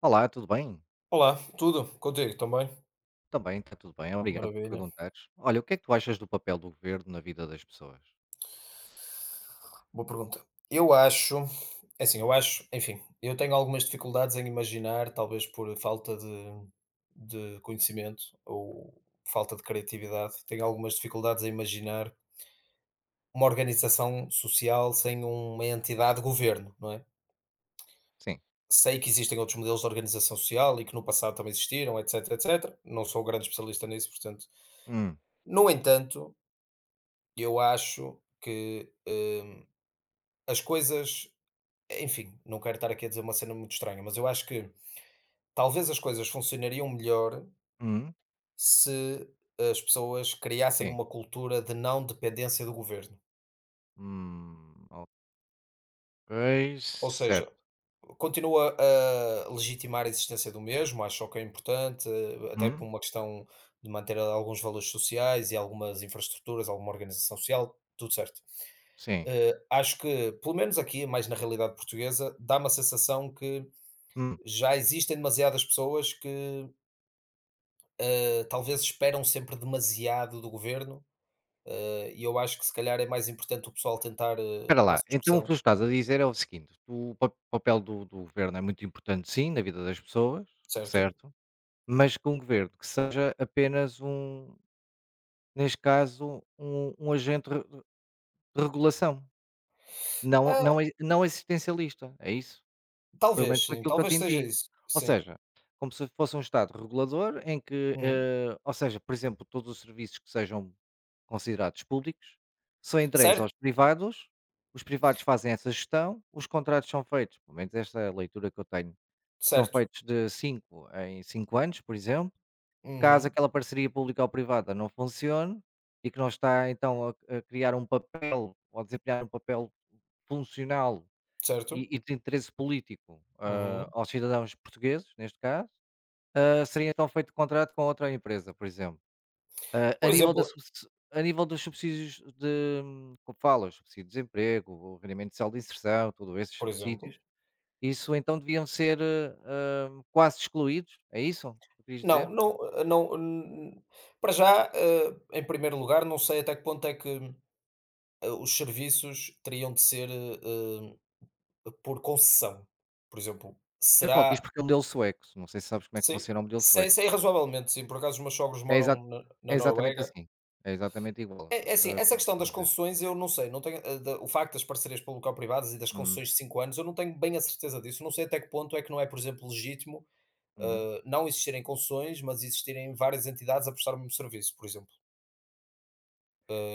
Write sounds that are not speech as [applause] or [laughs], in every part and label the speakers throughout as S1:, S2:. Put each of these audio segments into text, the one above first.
S1: Olá, tudo bem?
S2: Olá, tudo? Contigo também?
S1: Também está tudo bem, obrigado por
S2: Maravilha.
S1: perguntares. Olha, o que é que tu achas do papel do governo na vida das pessoas?
S2: Boa pergunta. Eu acho, é assim, eu acho, enfim, eu tenho algumas dificuldades em imaginar, talvez por falta de conhecimento ou falta de criatividade, tenho algumas dificuldades em imaginar uma organização social sem uma entidade de governo, não é?
S1: Sim.
S2: Sei que existem outros modelos de organização social e que no passado também existiram, etc, etc. Não sou grande especialista nisso, portanto.
S1: Hum,
S2: No entanto, eu acho que as coisas. Enfim, não quero estar aqui a dizer uma cena muito estranha, mas eu acho que talvez as coisas funcionariam melhor
S1: hum,
S2: se as pessoas criassem
S1: sim.
S2: uma cultura de não dependência do governo.
S1: Hum, ok,
S2: Ou
S1: certo.
S2: seja, continua a legitimar a existência do mesmo, acho que é importante, até por
S1: Hum,
S2: uma questão de manter alguns valores sociais e algumas infraestruturas, alguma organização social, tudo certo.
S1: sim.
S2: Acho que, pelo menos aqui, mais na realidade portuguesa, dá uma sensação que
S1: Hum.
S2: já existem demasiadas pessoas que... talvez esperam sempre demasiado do governo, e eu acho que se calhar é mais importante o pessoal tentar,
S1: Espera lá,
S2: passo a
S1: então o que tu
S2: expressão,
S1: estás a dizer é o seguinte: papel do governo é muito importante, sim, na vida das pessoas,
S2: certo?
S1: certo? Mas que um governo que seja apenas um, neste caso, um agente de regulação, não,
S2: Ah,
S1: não, não é existencialista, é isso? Pelo
S2: talvez
S1: menos foi
S2: sim,
S1: aquilo que eu te
S2: talvez seja
S1: entendi.
S2: isso,
S1: Ou
S2: sim.
S1: seja, como se fosse um Estado regulador em que,
S2: Uhum.
S1: ou seja, por exemplo, todos os serviços que sejam considerados públicos são entregues
S2: Certo,
S1: aos privados, os privados fazem essa gestão, os contratos são feitos, pelo menos esta é a leitura que eu tenho, são
S2: certo.
S1: feitos de 5 em 5 anos, por exemplo. Caso
S2: Uhum,
S1: aquela parceria pública ou privada não funcione e que não está então a criar um papel ou a desempenhar um papel funcional e
S2: certo.
S1: e de interesse político,
S2: Uhum.
S1: aos cidadãos portugueses, neste caso, seria então feito contrato com outra empresa, por exemplo. Ah, a
S2: Por
S1: nível da
S2: exemplo
S1: subs a nível dos subsídios de, como fala, subsídio de desemprego, o rendimento social de inserção, todos esses
S2: por exemplo.
S1: subsídios, isso então deviam ser, quase excluídos, é isso que querias
S2: Não,
S1: dizer?
S2: não, não, n para já, em primeiro lugar, não sei até que ponto é que, os serviços teriam de ser, por concessão. Por exemplo,
S1: Eu falo disto
S2: será...
S1: porque é o modelo sueco, não sei se sabes como é que
S2: Sim,
S1: funciona o modelo
S2: sei
S1: sueco.
S2: sei razoavelmente sim, por acaso os meus sogros
S1: É exa
S2: moram na
S1: É
S2: na
S1: exatamente
S2: Noruega.
S1: assim, é exatamente igual,
S2: É assim, essa
S1: quando
S2: questão
S1: estou a
S2: das
S1: dizer.
S2: concessões eu não sei, não tenho, da o facto das parcerias público-privadas e das
S1: Uhum,
S2: concessões de 5 anos, eu não tenho bem a certeza disso, não sei até que ponto é que não é, por exemplo, legítimo,
S1: uhum.
S2: não existirem concessões, mas existirem várias entidades a prestar o mesmo serviço, por exemplo.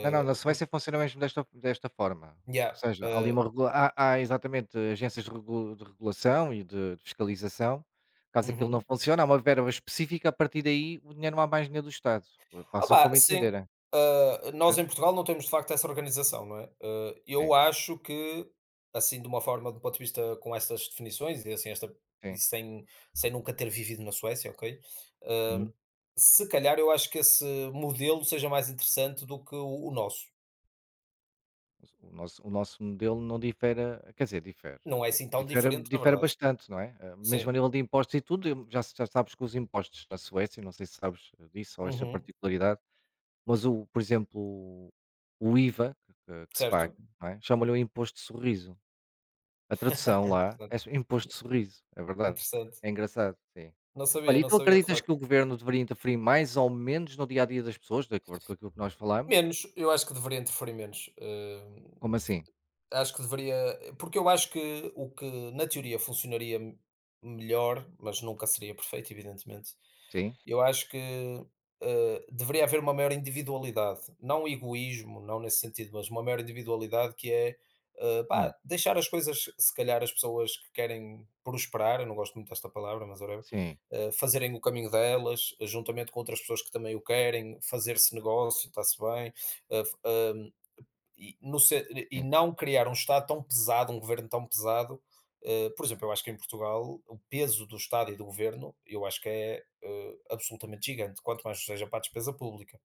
S1: Não, não, não,
S2: o
S1: só vai
S2: por
S1: ser funcionamento desta forma,
S2: yeah,
S1: ou seja,
S2: eh,
S1: há exatamente agências de regulação e de fiscalização. Caso aquilo não
S2: uhum.
S1: funcione, há uma verba específica, a partir daí o dinheiro, não há mais dinheiro do Estado, façam
S2: Opá,
S1: como
S2: sim,
S1: entenderem,
S2: nós
S1: entende?
S2: em Portugal não temos de facto essa organização, não é? Eu
S1: Sim,
S2: acho que, assim, de uma forma, do ponto de vista com estas definições e assim, esta, e
S1: sim.
S2: sem, sem nunca ter vivido na Suécia, ok? Ah,
S1: Uhum.
S2: se calhar eu acho que esse modelo seja mais interessante do que o nosso.
S1: O nosso modelo não difere, quer dizer, difere,
S2: Não é
S1: di
S2: assim tão
S1: difere
S2: diferente, na
S1: difere
S2: verdade.
S1: bastante, não é? Mesmo
S2: Sim.
S1: a nível de impostos e tudo, já sabes que os impostos na Suécia, não sei se sabes disso ou esta
S2: Uhum,
S1: particularidade. Mas, o por exemplo, o IVA que se paga,
S2: certo.
S1: não é, chamam-lhe o imposto de sorriso. A tradução
S2: [laughs]
S1: lá
S2: Interessante,
S1: é imposto de sorriso, é verdade.
S2: interessante.
S1: É engraçado, sim.
S2: Não
S1: Olha,
S2: sabia,
S1: e
S2: não
S1: tu
S2: sabia de
S1: acreditas
S2: facto.
S1: que o governo deveria interferir mais ou menos no dia a dia das pessoas, de acordo com aquilo que nós falamos?
S2: Menos, eu acho que deveria interferir menos.
S1: Como assim?
S2: Acho que deveria porque eu acho que o que na teoria funcionaria melhor, mas nunca seria perfeito, evidentemente.
S1: Sim?
S2: Eu acho que, deveria haver uma maior individualidade, não egoísmo, não nesse sentido, mas uma maior individualidade que é,
S1: Hum,
S2: pá, deixar as coisas, se calhar, as pessoas que querem prosperar, eu não gosto muito desta palavra, mas whatever,
S1: sim,
S2: fazerem o caminho delas, juntamente com outras pessoas que também o querem, fazer-se negócio, está-se bem, eh, e, e
S1: sim.
S2: não criar um Estado tão pesado, um governo tão pesado. Por exemplo, eu acho que em Portugal o peso do Estado e do governo eu acho que é absolutamente gigante, quanto mais seja para a despesa pública.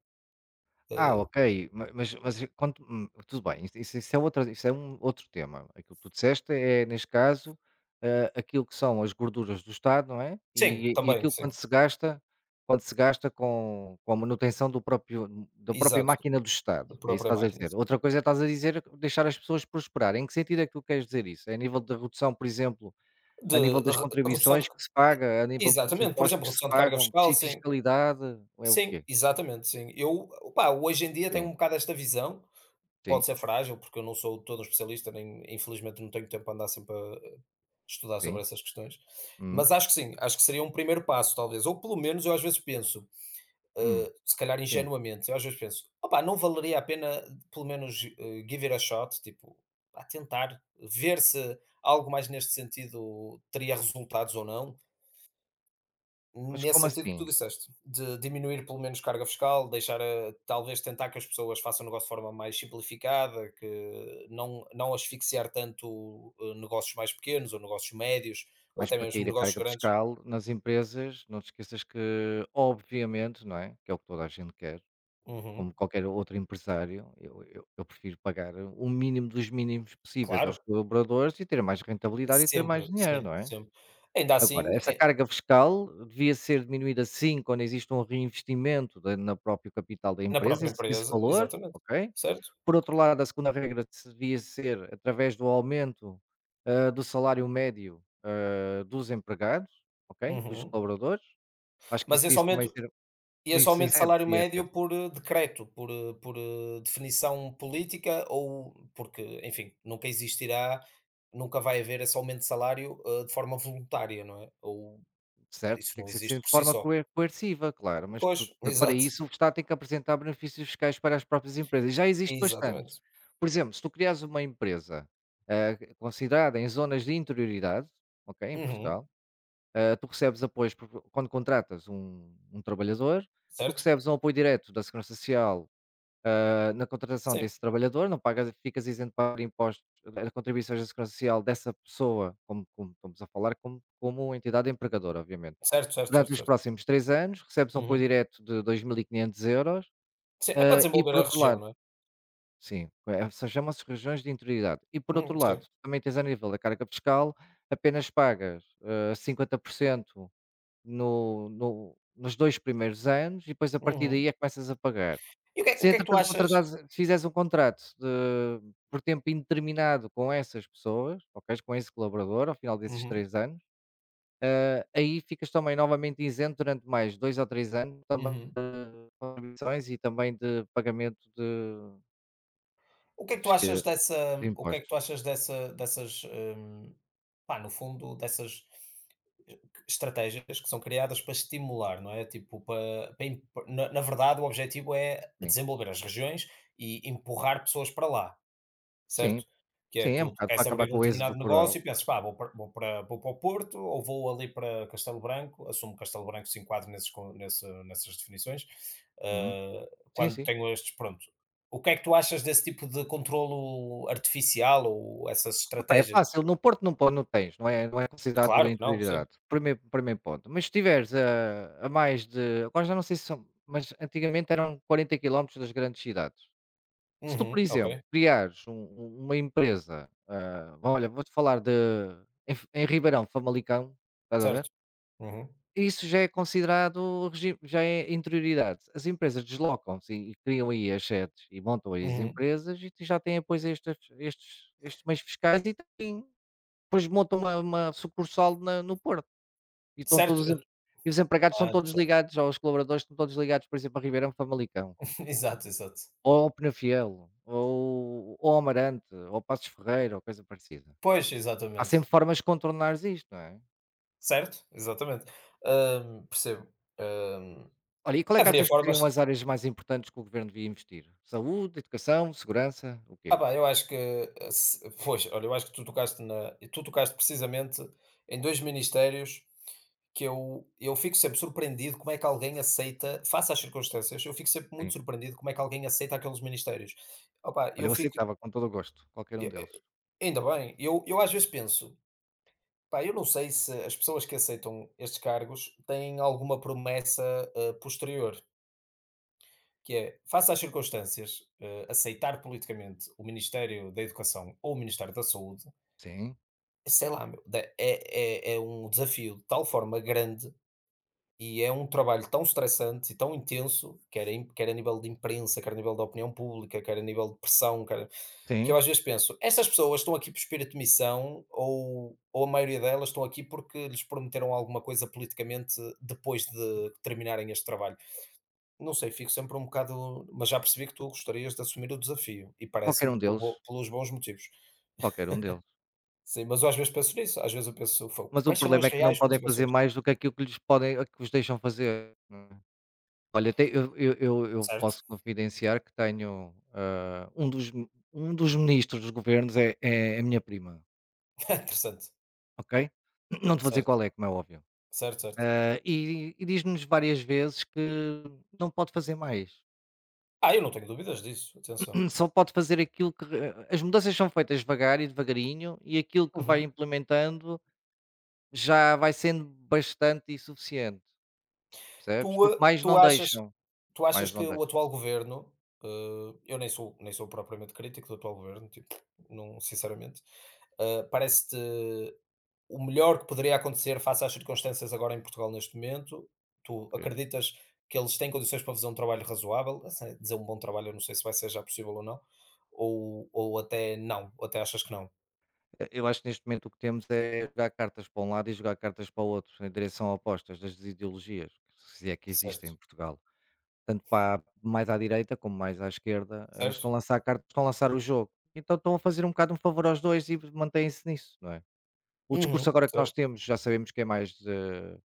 S2: Eh,
S1: Ok, ma mas quando, tudo bem, isso é outra isso é um outro tema. Aquilo que tu disseste é, neste caso, aquilo que são as gorduras do Estado, não é,
S2: sim,
S1: e
S2: também,
S1: aquilo
S2: sim.
S1: quando se gasta com a manutenção do próprio da própria
S2: Exato,
S1: máquina do Estado,
S2: da
S1: é isso
S2: própria
S1: que estás a
S2: máquina,
S1: dizer.
S2: sim.
S1: Outra coisa é estás a dizer deixar as pessoas prosperarem. Em que sentido é que tu queres dizer isso? É a nível da redução, por exemplo,
S2: De
S1: a nível das
S2: re- Redução de...
S1: contribuições que se
S2: e-
S1: paga, a nível dos
S2: Exatamente, por
S1: impostos
S2: exemplo,
S1: que se
S2: redução de carga
S1: pagam,
S2: fiscal,
S1: de
S2: sim.
S1: fiscalidade, ou é o
S2: Sim,
S1: quê?
S2: exatamente, sim. Eu, opá, hoje em dia tenho
S1: Sim,
S2: um bocado esta visão.
S1: sim,
S2: Pode ser frágil, porque eu não sou todo um especialista, nem infelizmente não tenho tempo para andar sempre a estudar sobre
S1: sim.
S2: essas questões, mas
S1: Uhum.
S2: acho que sim, acho que seria um primeiro passo, talvez, ou pelo menos eu às vezes penso,
S1: Hum,
S2: se calhar
S1: sim.
S2: ingenuamente, eu às vezes penso: "Opá, não valeria a pena pelo menos, give it a shot", tipo, a tentar ver se algo mais neste sentido teria resultados ou não?
S1: Mas
S2: Nesse
S1: como
S2: sentido que
S1: assim?
S2: tu disseste, de diminuir pelo menos carga fiscal, deixar a talvez tentar que as pessoas façam o negócio de forma mais simplificada, que não, não asfixiar tanto negócios mais pequenos ou negócios médios, ou
S1: Mas
S2: até
S1: para
S2: mesmo
S1: cair a
S2: negócios
S1: carga
S2: grandes.
S1: fiscal nas empresas, não te esqueças que, obviamente, não é? Que é o que toda a gente quer,
S2: Uhum.
S1: como qualquer outro empresário, eu prefiro pagar o mínimo dos mínimos possíveis aos
S2: Claro,
S1: colaboradores e ter mais rentabilidade e ter mais
S2: sempre,
S1: dinheiro,
S2: sim,
S1: não é?
S2: sempre. Ainda
S1: Agora,
S2: assim,
S1: essa carga fiscal devia ser diminuída, sim, quando existe um reinvestimento no próprio capital da
S2: na
S1: empresa,
S2: própria
S1: esse
S2: empresa,
S1: valor,
S2: exatamente,
S1: ok?
S2: certo?
S1: Por outro lado, a segunda regra devia ser através do aumento, do salário médio, dos empregados, ok, dos
S2: Uhum.
S1: colaboradores. Acho que
S2: Mas
S1: isso
S2: esse
S1: devia também
S2: aumento.
S1: ser
S2: E esse
S1: isso
S2: aumento de
S1: incide
S2: salário
S1: IRS,
S2: médio por, decreto, por, por, definição política ou porque, enfim, nunca existirá, nunca vai haver esse aumento de salário, de forma voluntária, não é? Ou
S1: certo?
S2: isso
S1: Tem
S2: não
S1: que ser
S2: existe
S1: sempre de
S2: por si
S1: forma
S2: só.
S1: coerciva, claro, mas
S2: Pois, [laughs]
S1: para
S2: exato,
S1: isso o Estado tem que apresentar benefícios fiscais para as próprias empresas, e já existe bastantes.
S2: exatamente.
S1: Por exemplo, se tu criares uma empresa, considerada em zonas de interioridade, ok, em
S2: Uhum,
S1: Portugal. Tu recebes apoios, quando contratas um trabalhador, tu
S2: certo?
S1: recebes um apoio direto da Segurança Social, na contratação
S2: Sim,
S1: desse trabalhador. Não pagas, ficas isento para impostos, contribuições da Segurança Social dessa pessoa, como, estamos a falar, como, entidade empregadora, obviamente.
S2: certo, certo, certo,
S1: Durante os
S2: certo.
S1: próximos 3 anos, recebes um apoio
S2: Uhum.
S1: direto de 2.500 euros,
S2: Sim, é para
S1: e,
S2: desenvolver
S1: por
S2: a
S1: outro
S2: região,
S1: lado,
S2: não é?
S1: sim, é, se chama-se regiões de interioridade. E, por outro
S2: Sim.
S1: lado, também tens a nível da carga fiscal, apenas pagas, 50% no no nos 2 primeiros anos e depois a partir
S2: Uhum.
S1: daí é que começas a pagar.
S2: E o
S1: Se
S2: que é que tu
S1: entretanto
S2: achas?
S1: contratares fizeres um contrato de por tempo indeterminado com essas pessoas, ok, com esse colaborador, ao final desses
S2: Uhum,
S1: 3 anos, aí ficas também novamente isento durante mais 2 ou 3 anos também
S2: uhum.
S1: de contribuições e também de pagamento
S2: O que
S1: de
S2: é que tu
S1: fisca
S2: achas dessa...
S1: de
S2: o que é que tu
S1: impostos.
S2: achas dessa dessas, pá, no fundo, dessas eh, estratégias que são criadas para estimular, não é? Tipo, para, para em... na na verdade, o objetivo é
S1: Sim,
S2: desenvolver as regiões e empurrar pessoas para lá.
S1: sim,
S2: Certo? Que é
S1: sim, é um
S2: tu
S1: bocado para
S2: queres
S1: acabar
S2: abrir um
S1: com o êxodo
S2: determinado
S1: rural.
S2: negócio e pensas: "Pá, vou para o Porto ou vou ali para Castelo Branco", assumo que Castelo Branco se enquadre nesses con nesse nessas definições,
S1: Uhum.
S2: hã,
S1: Sim,
S2: quando
S1: sim.
S2: tenho estes pronto. O que é que tu achas desse tipo de controlo artificial ou essas
S1: Pá, é
S2: estratégias?
S1: fácil, no Porto não po não tens, não é considerado
S2: Claro que não, sim.
S1: interioridade, primeiro ponto, mas se estiveres a mais de, agora já não sei se são, mas antigamente eram 40 quilómetros das grandes cidades. Se tu, por
S2: Uhum, ok.
S1: exemplo, criares uma empresa, bom, olha, vou-te falar de em F em Ribeirão, Famalicão, estás a ver?
S2: Certo. Uhum,
S1: Isso já é considerado, regi já é interioridade. As empresas deslocam-se e criam aí as sedes e montam aí as
S2: uhum.
S1: empresas, e tu já têm depois a estes estes meios fiscais e, têm depois, montam uma sucursal na no Porto, e, estão
S2: Certo,
S1: todos
S2: eu
S1: em e os empregados estão todos
S2: interessante.
S1: ligados ou os colaboradores estão todos ligados, por exemplo, a Ribeirão Famalicão,
S2: [laughs] Exato, exato.
S1: ou ao Penafiel, ou ao Amarante, ou ao Passos Ferreira, ou coisa parecida.
S2: Pois,
S1: Há
S2: exatamente.
S1: sempre formas de contornar isto, não é?
S2: Certo, exatamente. Hã, percebo. Hã,
S1: Olha, e qual é que
S2: haveria
S1: achas que seriam as
S2: formas...
S1: áreas mais importantes que o governo devia investir? Saúde, educação, segurança, o quê?
S2: Pá, eu acho que, eh, se pois, olha, eu acho que tu tocaste na e tu tocaste precisamente em 2 ministérios que eu fico sempre surpreendido como é que alguém aceita face às circunstâncias, eu fico sempre
S1: Sim.
S2: muito surpreendido como é que alguém aceita aqueles ministérios. Opa,
S1: Olha,
S2: eu
S1: eu
S2: fico
S1: aceitava com todo o gosto, qualquer
S2: e
S1: um deles.
S2: e ainda bem, eu às vezes penso: "Pá, eu não sei se as pessoas que aceitam estes cargos têm alguma promessa, posterior", que é, face às circunstâncias, aceitar politicamente o Ministério da Educação ou o Ministério da Saúde.
S1: Sim,
S2: Sei lá, meu, da é um desafio de tal forma grande e é um trabalho tão estressante e tão intenso, quer quer a nível de imprensa, quer a nível da opinião pública, quer a nível de pressão, quer que eu
S1: sim.
S2: às vezes penso: essas pessoas estão aqui por espírito de missão ou a maioria delas estão aqui porque lhes prometeram alguma coisa politicamente depois de terminarem este trabalho?. Não sei, fico sempre um bocado mas já percebi que tu gostarias de assumir o desafio e
S1: Qualquer
S2: parece-me
S1: um
S2: por bo
S1: deles,
S2: pelos bons motivos.
S1: qualquer um deles.
S2: Sim, mas eu às vezes penso nisso, às vezes eu penso: "Fogo,
S1: Mas o
S2: quais serão
S1: problema
S2: as
S1: é que não
S2: reais
S1: podem fazer
S2: motivações?".
S1: mais do que aquilo que lhes podem que vos deixam fazer, não é. Olha, tem eu
S2: Certo.
S1: posso confidenciar que tenho, um dos ministros dos governos é a minha prima,
S2: [laughs] Interessante.
S1: ok? Não te vou dizer
S2: Certo,
S1: qual é, como é óbvio.
S2: certo, certo.
S1: E diz-nos várias vezes que não pode fazer mais,
S2: Eu não tenho dúvidas disso, atenção.
S1: [clears throat] só pode fazer, aquilo que re as mudanças são feitas devagar e devagarinho e aquilo que vai
S2: Uhum.
S1: implementando já vai sendo bastante e suficiente, percebes?
S2: Tu,
S1: Porque
S2: ah,
S1: mais
S2: tu
S1: não
S2: achas
S1: deixam.
S2: tu achas
S1: Mais não
S2: que o
S1: deixo.
S2: atual governo, eu nem sou propriamente crítico do atual governo, tipo, não sinceramente, parece-te o melhor que poderia acontecer face às circunstâncias agora em Portugal neste momento? Tu
S1: Ok.
S2: acreditas que eles têm condições para fazer um trabalho razoável? Assim, dizer um bom trabalho, eu não sei se vai ser já possível ou não, ou até não, ou até achas que não?
S1: Eu acho que neste momento o que temos é jogar cartas para um lado e jogar cartas para o outro, em direção opostas das ideologias, se é que existem
S2: Certo,
S1: em Portugal. Tanto para mais à direita como mais à esquerda, estão
S2: certo?
S1: a lançar cartas, estão a lançar o jogo. Então estão a fazer um bocado um favor aos dois e mantêm-se nisso, não é? O discurso
S2: Uhum,
S1: agora que nós
S2: certo,
S1: temos, já sabemos que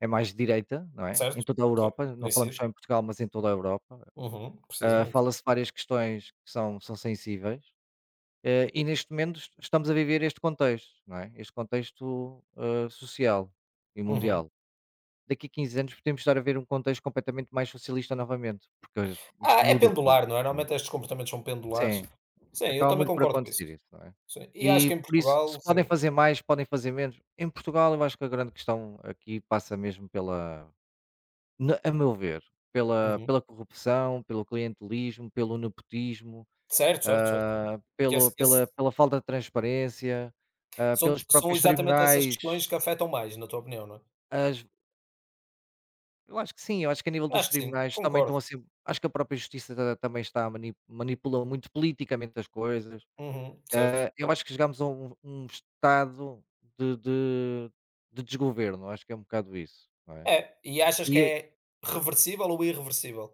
S1: é mais de direita, não é? Em
S2: certo,
S1: toda a
S2: sim,
S1: Europa, não
S2: tem
S1: falamos
S2: sido.
S1: só em Portugal, mas em toda a Europa.
S2: Uhum, precisamente.
S1: Fala-se várias questões que são sensíveis. E neste momento, estamos a viver este contexto, não é? Este contexto, social e
S2: Uhum.
S1: mundial. Daqui a 15 anos podemos estar a ver um contexto completamente mais socialista novamente, porque, isto
S2: É
S1: muda tudo,
S2: pendular, não é?
S1: não é?
S2: Normalmente estes comportamentos são pendulares.
S1: Sim,
S2: Sim, eu
S1: acaba
S2: também
S1: muito por
S2: concordo com isso.
S1: acontecer isso, não é?
S2: Sim, e acho
S1: E
S2: que em
S1: por isso, se
S2: Portugal,
S1: podem
S2: sim.
S1: fazer mais, podem fazer menos. Em Portugal, eu acho que a grande questão aqui passa mesmo pela, a meu ver,
S2: Uhum.
S1: pela corrupção, pelo clientelismo, pelo nepotismo,
S2: Certo, certo, certo. Que
S1: pelo
S2: esse
S1: pela pela falta de transparência,
S2: são
S1: pelos
S2: são
S1: próprios
S2: exatamente essas
S1: tribunais,
S2: questões que afetam mais, na tua opinião, não é?
S1: as eu acho que sim, eu acho que a nível dos
S2: Acho que sim,
S1: tribunais também estão
S2: concordo.
S1: assim, acho que a própria justiça, ta também está a mani manipula muito politicamente as coisas.
S2: Uhum, certo.
S1: Eu acho que chegámos a um estado de de de desgoverno, acho que é um bocado isso, não é?
S2: É, e achas que
S1: E aí
S2: é reversível ou irreversível?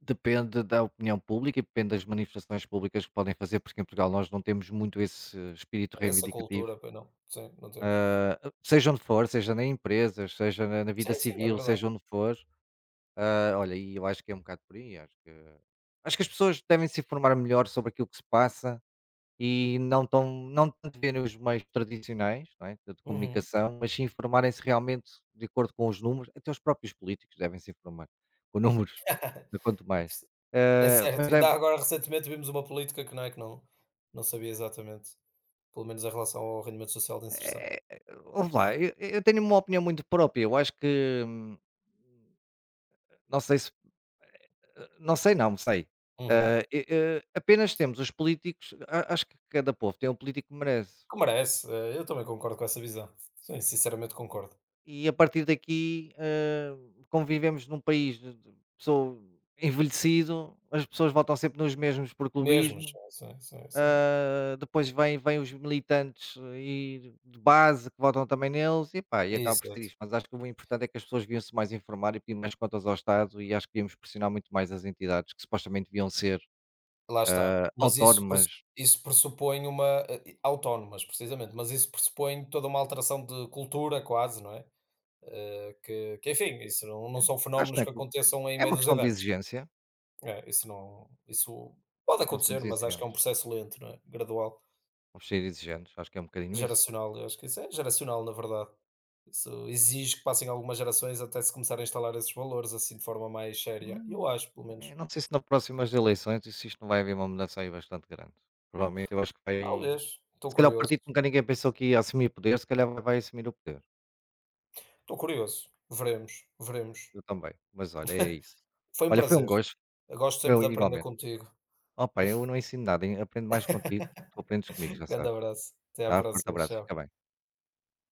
S1: depende da opinião pública e depende das manifestações públicas que podem fazer, porque em Portugal nós não temos muito esse espírito
S2: Essa
S1: reivindicativo.
S2: cultura, pois não. Sim, não temos.
S1: Seja onde for, seja na empresas, seja na vida
S2: Sim, sim, é
S1: civil,
S2: verdade.
S1: seja onde for, olha, e eu acho que é um bocado por aí, acho que as pessoas devem se informar melhor sobre aquilo que se passa e, não tanto verem os meios tradicionais, não é, de
S2: Uhum.
S1: comunicação, mas se informarem-se realmente de acordo com os números, até os próprios políticos devem se informar com números, [laughs]
S2: [laughs]
S1: quanto mais.
S2: É
S1: Ah, mas
S2: certo, ainda
S1: deve
S2: agora recentemente vimos uma política que não é que não sabia exatamente, pelo menos em relação ao rendimento social de inserção.
S1: eh, Ouve lá, eu tenho uma opinião muito própria, eu acho que, não sei se, não sei, não, sei.
S2: Uhum.
S1: E, apenas temos os políticos. A acho que cada povo tem um político que merece.
S2: Que merece, eu também concordo com essa visão. Sim, sinceramente concordo.
S1: E a partir daqui, como vivemos num país de pessoa envelhecido, as pessoas votam sempre nos mesmos por
S2: Mesmo,
S1: clubismo.
S2: sim, sim, sim, sim.
S1: Depois, vêm vem vem os militantes, e de base, que votam também neles, e pá, e acaba por ser
S2: Exato,
S1: isto. Mas acho que o importante é que as pessoas deviam-se mais informar e pedir mais contas ao Estado e acho que devíamos pressionar muito mais as entidades que supostamente deviam ser,
S2: lá está. Mas isso presu
S1: autónomas.
S2: isso pressupõe uma, autónomas, precisamente, mas isso pressupõe toda uma alteração de cultura quase, não é? Que enfim, isso não não
S1: É,
S2: são
S1: acho que não,
S2: fenómenos
S1: é
S2: que
S1: que
S2: aconteçam em
S1: é
S2: meia
S1: uma
S2: dúzia
S1: questão
S2: de
S1: de
S2: anos.
S1: exigência,
S2: É, isso não isso
S1: porque
S2: pode
S1: é que nós somos
S2: acontecer, mas acho que é um
S1: exigentes,
S2: processo lento, não é? Gradual,
S1: vamos ser exigentes, acho que é um bocadinho isso.
S2: geracional. Eu acho que isso é geracional, na verdade. Isso exige que passem algumas gerações até se começar a instalar esses valores assim de forma mais séria.
S1: Hum,
S2: Eu acho, pelo menos.
S1: não sei se nas próximas eleições, isto não vai haver uma mudança aí bastante grande. Provavelmente eu acho que vai
S2: Talvez. Estou
S1: se calhar o
S2: curioso.
S1: partido que nunca ninguém pensou que ia assumir poder, se calhar vai assumir o poder.
S2: Estou curioso. Veremos, veremos.
S1: Eu também, mas olha, é isso.
S2: Foi um
S1: Olha, foi um
S2: prazer.
S1: gosto,
S2: Eu gosto sempre
S1: eu
S2: de aprender
S1: igualmente.
S2: contigo.
S1: Opa, eu não ensino nada, hein, aprendo mais contigo do que tu aprendes comigo, já
S2: [laughs] Grande
S1: sabes.
S2: abraço. Até à
S1: Tá, forte
S2: próxima.
S1: abraço, fica
S2: Tchau.
S1: bem.